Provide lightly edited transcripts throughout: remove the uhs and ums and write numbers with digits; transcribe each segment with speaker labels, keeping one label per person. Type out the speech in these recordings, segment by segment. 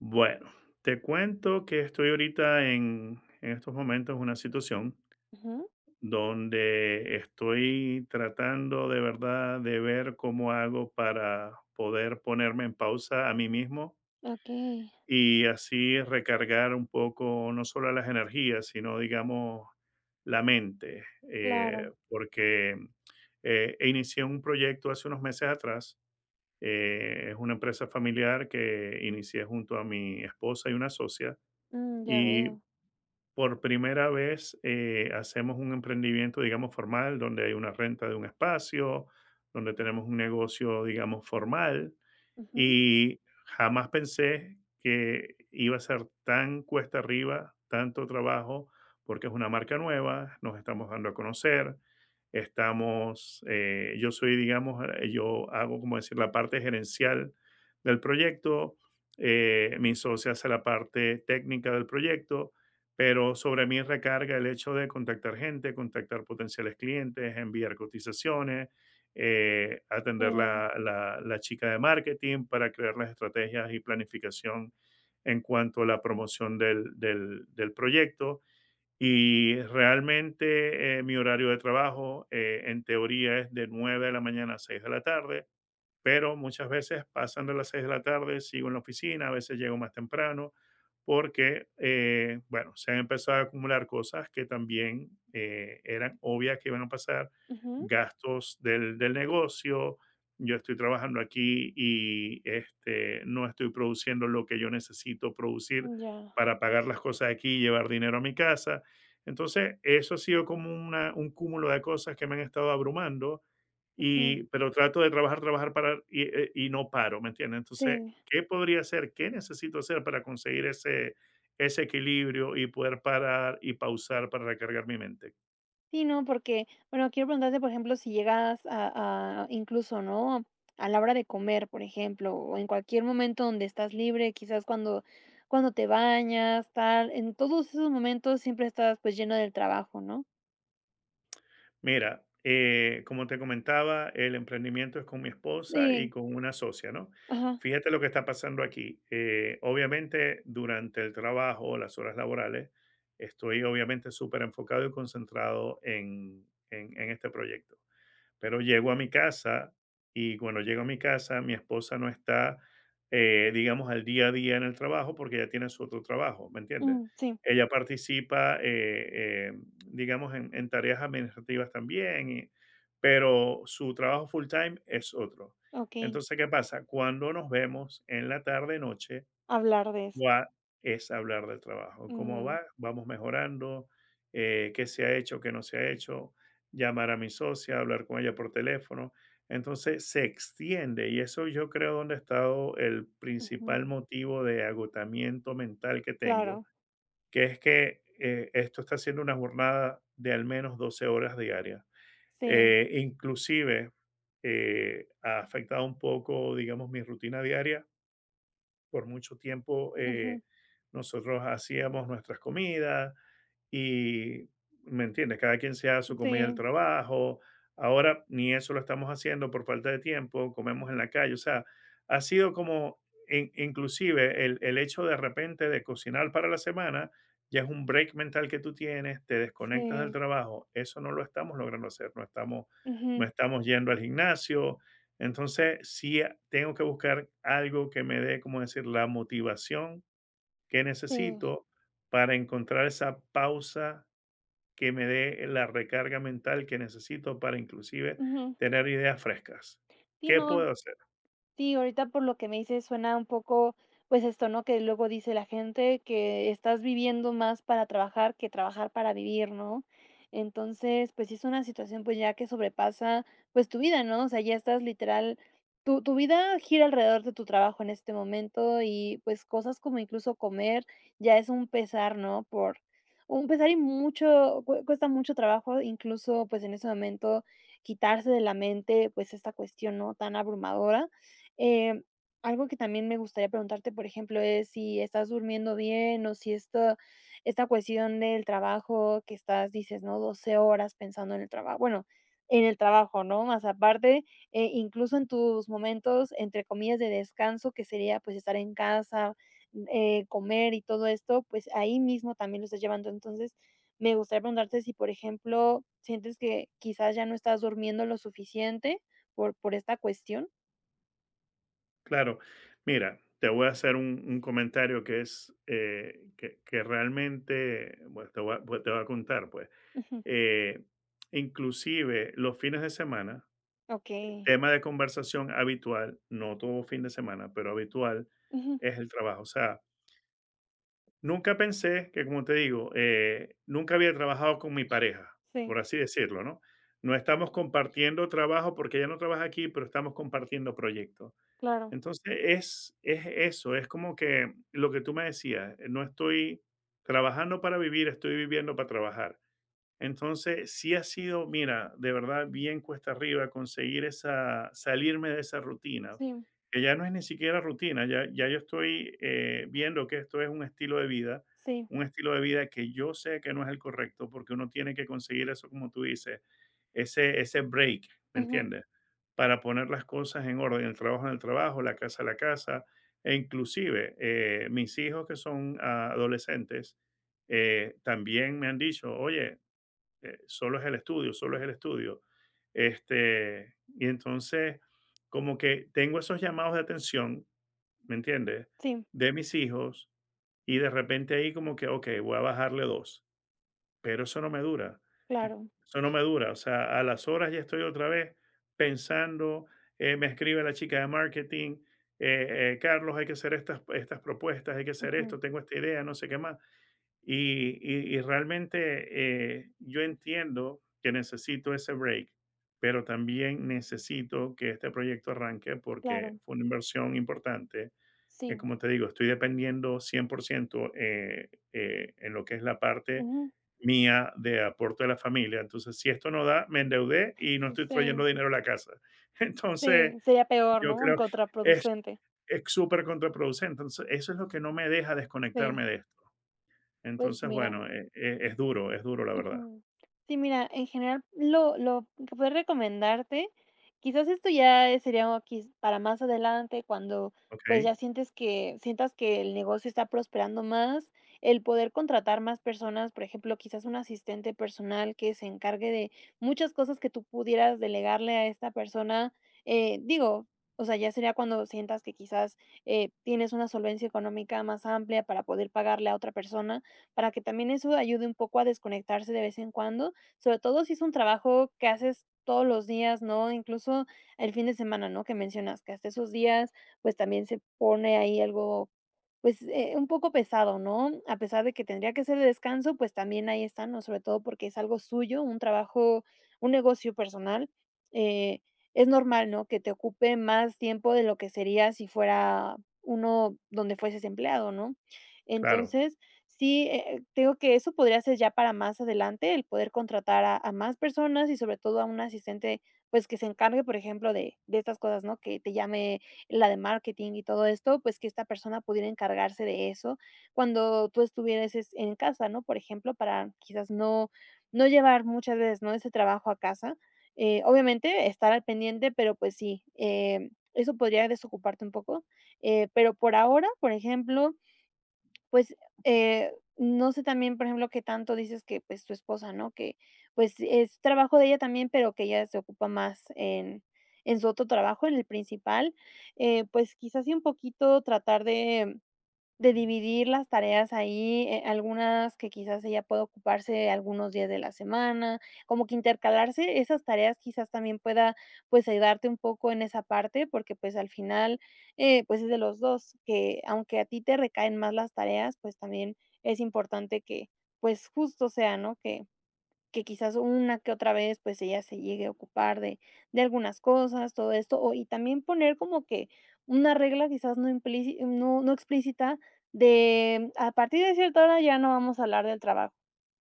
Speaker 1: Bueno, te cuento que estoy ahorita en estos momentos en una situación
Speaker 2: Ujú,
Speaker 1: donde estoy tratando de verdad de ver cómo hago para poder ponerme en pausa a mí mismo
Speaker 2: okey,
Speaker 1: y así recargar un poco no solo las energías, sino digamos la mente.
Speaker 2: claro,
Speaker 1: Porque E inicié un proyecto hace unos meses atrás. Es una empresa familiar que inicié junto a mi esposa y una socia,
Speaker 2: mm, ya
Speaker 1: y
Speaker 2: veo.
Speaker 1: por primera vez hacemos un emprendimiento, digamos, formal, donde hay una renta de un espacio, donde tenemos un negocio, digamos, formal.
Speaker 2: Ujú,
Speaker 1: Y jamás pensé que iba a ser tan cuesta arriba, tanto trabajo, porque es una marca nueva, nos estamos dando a conocer. Yo soy, digamos, yo hago, como decir, la parte gerencial del proyecto. Mi socio hace la parte técnica del proyecto, pero sobre mí recarga el hecho de contactar gente, contactar potenciales clientes, enviar cotizaciones, atender
Speaker 2: sí
Speaker 1: la chica de marketing para crear las estrategias y planificación en cuanto a la promoción del proyecto. Y realmente mi horario de trabajo en teoría es de 9 de la mañana a 6 de la tarde, pero muchas veces pasan de las 6 de la tarde, sigo en la oficina, a veces llego más temprano, porque, bueno, se han empezado a acumular cosas que también eran obvias que iban a pasar:
Speaker 2: ujú,
Speaker 1: gastos del negocio, yo estoy trabajando aquí y este, no estoy produciendo lo que yo necesito producir
Speaker 2: ya,
Speaker 1: para pagar las cosas aquí y llevar dinero a mi casa. Entonces, eso ha sido como un cúmulo de cosas que me han estado abrumando,
Speaker 2: ujú,
Speaker 1: y pero trato de trabajar, trabajar para y no paro, ¿me entiendes? Entonces,
Speaker 2: sí.
Speaker 1: ¿qué podría hacer? ¿Qué necesito hacer para conseguir ese equilibrio y poder parar y pausar para recargar mi mente?
Speaker 2: Sí, no, porque, bueno, quiero preguntarte, por ejemplo, si llegas a incluso, ¿no?, a la hora de comer, por ejemplo, o en cualquier momento donde estás libre, quizás cuando te bañas, tal, en todos esos momentos siempre estás, pues, lleno del trabajo, ¿no?
Speaker 1: Mira, como te comentaba, el emprendimiento es con mi esposa y
Speaker 2: Sí,
Speaker 1: con una socia, ¿no?
Speaker 2: ajá,
Speaker 1: Fíjate lo que está pasando aquí. Obviamente, durante el trabajo, las horas laborales, estoy obviamente súper enfocado y concentrado en este proyecto. Pero llego a mi casa, y cuando llego a mi casa, mi esposa no está, digamos, al día a día en el trabajo, porque ella tiene su otro trabajo, ¿me entiendes?
Speaker 2: mm, sí,
Speaker 1: Ella participa, digamos, en tareas administrativas también, pero su trabajo full time es otro.
Speaker 2: okey,
Speaker 1: Entonces, ¿qué pasa? Cuando nos vemos en la tarde-noche,
Speaker 2: hablar de eso,
Speaker 1: Gua es hablar del trabajo. ¿Cómo
Speaker 2: mm,
Speaker 1: va? Vamos mejorando. ¿Qué se ha hecho? ¿Qué no se ha hecho? Llamar a mi socia, hablar con ella por teléfono. Entonces se extiende y eso yo creo donde ha estado el
Speaker 2: ujú,
Speaker 1: principal motivo de agotamiento mental que tengo,
Speaker 2: claro,
Speaker 1: que es que esto está siendo una jornada de al menos 12 horas diarias.
Speaker 2: sí,
Speaker 1: Inclusive ha afectado un poco, digamos, mi rutina diaria. Por mucho tiempo
Speaker 2: ujú,
Speaker 1: nosotros hacíamos nuestras comidas y, ¿me entiendes? Cada quien se hace su comida al
Speaker 2: sí.
Speaker 1: trabajo. Ahora ni eso lo estamos haciendo por falta de tiempo, comemos en la calle. O sea, ha sido como, inclusive el hecho de repente de cocinar para la semana, ya es un break mental que tú tienes, te desconectas del
Speaker 2: Sí,
Speaker 1: trabajo. Eso no lo estamos logrando hacer, no estamos, no
Speaker 2: ujú,
Speaker 1: estamos yendo al gimnasio. Entonces, sí, tengo que buscar algo que me dé, como decir, la motivación que
Speaker 2: sí,
Speaker 1: necesito para encontrar esa pausa que me dé la recarga mental que necesito para inclusive
Speaker 2: ujú.
Speaker 1: tener ideas frescas.
Speaker 2: Sí,
Speaker 1: ¿Qué
Speaker 2: no,
Speaker 1: puedo hacer?
Speaker 2: sí, ahorita por lo que me dices suena un poco, pues esto, ¿no? Que luego dice la gente que estás viviendo más para trabajar que trabajar para vivir, ¿no? Entonces, pues sí, es una situación pues ya que sobrepasa pues tu vida, ¿no? O sea, ya estás literal, tu vida gira alrededor de tu trabajo en este momento y pues cosas como incluso comer ya es un pesar, ¿no? Por un pesar, y mucho, cuesta mucho trabajo incluso pues en ese momento quitarse de la mente pues esta cuestión, ¿no? Tan abrumadora. Em, Algo que también me gustaría preguntarte, por ejemplo, es si estás durmiendo bien, o si esta cuestión del trabajo que estás, dices, ¿no?, 12 horas pensando en el trabajo, bueno, en el trabajo, ¿no? Más aparte, incluso en tus momentos, entre comillas, de descanso, que sería pues estar en casa, comer y todo esto, pues ahí mismo también lo estás llevando. Entonces, me gustaría preguntarte si, por ejemplo, sientes que quizás ya no estás durmiendo lo suficiente por esta cuestión.
Speaker 1: Claro, mira, te voy a hacer un comentario que es que realmente, bueno, te voy a, pues, te voy a contar, pues.
Speaker 2: Ujú.
Speaker 1: Eh, Inclusive los fines de semana,
Speaker 2: Okey.
Speaker 1: tema de conversación habitual, no todo fin de semana, pero habitual,
Speaker 2: Ujú.
Speaker 1: es el trabajo. O sea, nunca pensé que, como te digo, nunca había trabajado con mi pareja, por
Speaker 2: Sí,
Speaker 1: así decirlo, ¿no? No estamos compartiendo trabajo porque ella no trabaja aquí, pero estamos compartiendo proyectos.
Speaker 2: claro.
Speaker 1: Entonces, es eso, es como que lo que tú me decías, no estoy trabajando para vivir, estoy viviendo para trabajar. Entonces, sí ha sido, mira, de verdad bien cuesta arriba conseguir esa, salirme de esa rutina,
Speaker 2: Sí,
Speaker 1: que ya no es ni siquiera rutina, ya, ya yo estoy viendo que esto es un estilo de vida,
Speaker 2: sí.
Speaker 1: un estilo de vida que yo sé que no es el correcto, porque uno tiene que conseguir eso, como tú dices, ese break, ¿me
Speaker 2: Ujú.
Speaker 1: entiendes? Para poner las cosas en orden, el trabajo en el trabajo, la casa en la casa, e inclusive mis hijos que son adolescentes, también me han dicho, oye, solo es el estudio, solo es el estudio. Este, y entonces, como que tengo esos llamados de atención, ¿me entiendes?
Speaker 2: Sí,
Speaker 1: De mis hijos, y de repente ahí como que, ok, voy a bajarle dos, pero eso no me dura,
Speaker 2: claro.
Speaker 1: eso no me dura, o sea, a las horas ya estoy otra vez pensando. Me escribe la chica de marketing, Carlos, hay que hacer estas propuestas, hay que hacer esto,
Speaker 2: Ujú.
Speaker 1: tengo esta idea, no sé qué más. Y realmente, yo entiendo que necesito ese break, pero también necesito que este proyecto arranque porque
Speaker 2: Claro.
Speaker 1: fue una inversión importante.
Speaker 2: Sí.
Speaker 1: Como te digo, estoy dependiendo 100%, en lo que es la parte
Speaker 2: Ujú.
Speaker 1: mía de aporte de la familia. Entonces, si esto no da, me endeudé y no estoy trayendo
Speaker 2: Sí,
Speaker 1: dinero a la casa. Entonces,
Speaker 2: sí. Sería peor,
Speaker 1: yo
Speaker 2: ¿no? En
Speaker 1: creo que
Speaker 2: contraproducente.
Speaker 1: es supercontraproducente. Entonces, eso es lo que no me deja desconectarme
Speaker 2: Sí.
Speaker 1: de esto.
Speaker 2: Pues
Speaker 1: Entonces,
Speaker 2: mira.
Speaker 1: bueno, es duro, la verdad,
Speaker 2: Ujú. Sí, mira, en general, lo que puedo recomendarte, quizás esto ya, sería o quiz para más adelante, cuando, pues, ya
Speaker 1: ¿okey?
Speaker 2: sientes que sientas que el negocio está prosperando más, el poder contratar más personas, por ejemplo, quizás un asistente personal que se encargue de muchas cosas que tú pudieras delegarle a esta persona, digo, o sea, ya sería cuando sientas que quizás, tienes una solvencia económica más amplia para poder pagarle a otra persona para que también eso ayude un poco a desconectarse de vez en cuando, sobre todo si es un trabajo que haces todos los días, ¿no? Incluso el fin de semana, ¿no? Que mencionas que hasta esos días pues también se pone ahí algo, pues un poco pesado, ¿no? A pesar de que tendría que ser de descanso, pues también ahí está, ¿no? Sobre todo porque es algo suyo, un trabajo, un negocio personal. Eh, es normal, ¿no?, que te ocupe más tiempo de lo que sería si fuera uno donde fueses empleado, ¿no?
Speaker 1: Claro,
Speaker 2: Entonces, sí, te digo que eso podría ser ya para más adelante, el poder contratar a más personas y sobre todo a un asistente, pues, que se encargue, por ejemplo, de estas cosas, ¿no? Que te llame la de marketing y todo esto, pues, que esta persona pudiera encargarse de eso cuando tú estuvieras es en casa, ¿no? Por ejemplo, para quizás no llevar muchas veces, ¿no?, ese trabajo a casa. Obviamente estar al pendiente, pero, pues sí, eso podría desocuparte un poco, pero por ahora, por ejemplo, pues, eh, no sé también, por ejemplo, qué tanto dices que, pues, tu esposa, ¿no? Que, pues, es trabajo de ella también, pero que ella se ocupa más en su otro trabajo, en el principal. Pues, quizás sí un poquito tratar de dividir las tareas ahí, algunas que quizás ella pueda ocuparse algunos días de la semana, como que intercalarse esas tareas quizás también pueda, pues, ayudarte un poco en esa parte, porque, pues, al final, pues, es de los dos, que aunque a ti te recaen más las tareas, pues, también es importante que, pues, justo sea, ¿no? Que quizás una que otra vez, pues, ella se llegue a ocupar de algunas cosas, todo esto, o y también poner como que una regla quizás no implíci no no explícita, de, a partir de cierta hora ya no vamos a hablar del trabajo,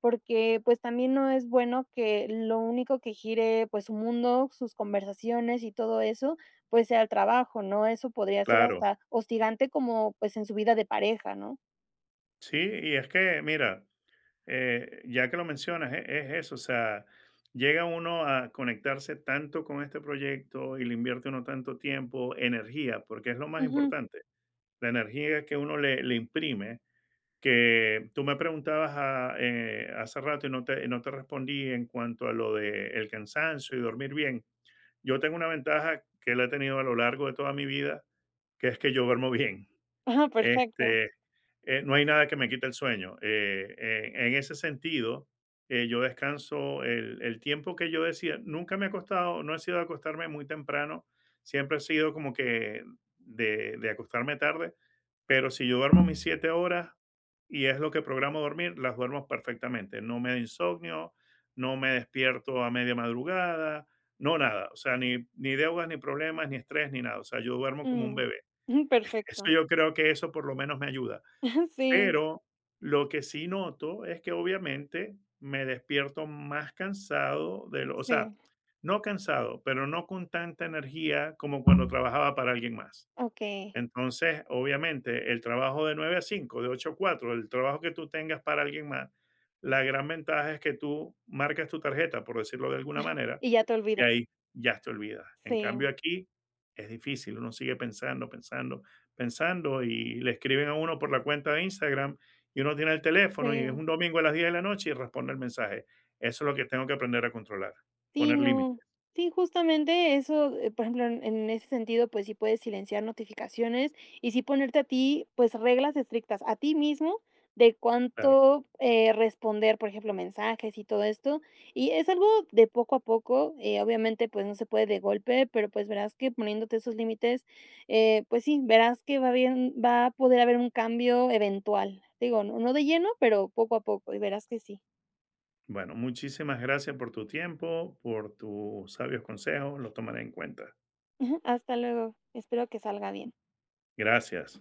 Speaker 2: porque, pues, también no es bueno que lo único que gire, pues, su mundo, sus conversaciones y todo eso, pues, sea el trabajo, ¿no? Eso podría ser
Speaker 1: claro.
Speaker 2: hasta hostigante como, pues, en su vida de pareja, ¿no?
Speaker 1: Sí, y es que, mira, ya que lo mencionas, e es eso, o sea, llega uno a conectarse tanto con este proyecto y le invierte uno tanto tiempo, energía, porque es lo más
Speaker 2: Ujú.
Speaker 1: importante, la energía que uno le imprime, que tú me preguntabas a hace rato y no te no te respondí en cuanto a lo de el cansancio y dormir bien. Yo tengo una ventaja que la he tenido a lo largo de toda mi vida, que es que yo duermo bien.
Speaker 2: Ajá, perfecto.
Speaker 1: Este, no hay nada que me quite el sueño. En ese sentido, yo descanso el tiempo que yo decía. Nunca me he acostado, no he sido de acostarme muy temprano. Siempre he sido como que de acostarme tarde. Pero si yo duermo mis 7 horas y es lo que programo dormir, las duermo perfectamente. No me da insomnio, no me despierto a media madrugada, no nada. O sea, ni deudas, ni problemas, ni estrés, ni nada. O sea, yo duermo como un
Speaker 2: Mm,
Speaker 1: bebé. Eso
Speaker 2: perfecto.
Speaker 1: yo creo que eso por lo menos me ayuda.
Speaker 2: Sí.
Speaker 1: Pero lo que sí noto es que obviamente me despierto más cansado de lo o sea,
Speaker 2: Sí,
Speaker 1: no cansado, pero no con tanta energía como cuando trabajaba para alguien más.
Speaker 2: okey.
Speaker 1: Entonces, obviamente, el trabajo de 9 a 5, de 8 a 4, el trabajo que tú tengas para alguien más, la gran ventaja es que tú marcas tu tarjeta, por decirlo de alguna manera,
Speaker 2: Y ya te
Speaker 1: y
Speaker 2: olvidas.
Speaker 1: ahí ya te olvidas. En cambio,
Speaker 2: Sí,
Speaker 1: aquí es difícil, uno sigue pensando, pensando, pensando, y le escriben a uno por la cuenta de Instagram y uno tiene el teléfono y es
Speaker 2: sí.
Speaker 1: un domingo a las 10 de la noche y responde el mensaje. Eso es lo que tengo que aprender a controlar,
Speaker 2: Sí,
Speaker 1: poner
Speaker 2: no.
Speaker 1: límites,
Speaker 2: Sí, justamente eso, por ejemplo, en ese sentido, pues sí puedes silenciar notificaciones y sí ponerte a ti, pues, reglas estrictas a ti mismo de
Speaker 1: claro.
Speaker 2: cuánto responder, por ejemplo, mensajes y todo esto. Y es algo de poco a poco, obviamente, pues no se puede de golpe, pero pues verás que poniéndote esos límites, pues sí, verás que va bien, va a poder haber un cambio eventual. Digo, no, no de lleno, pero poco a poco y verás que sí.
Speaker 1: Bueno, muchísimas gracias por tu tiempo, por tus sabios consejos, los tomaré en cuenta.
Speaker 2: Hasta luego. Espero que salga bien.
Speaker 1: Gracias.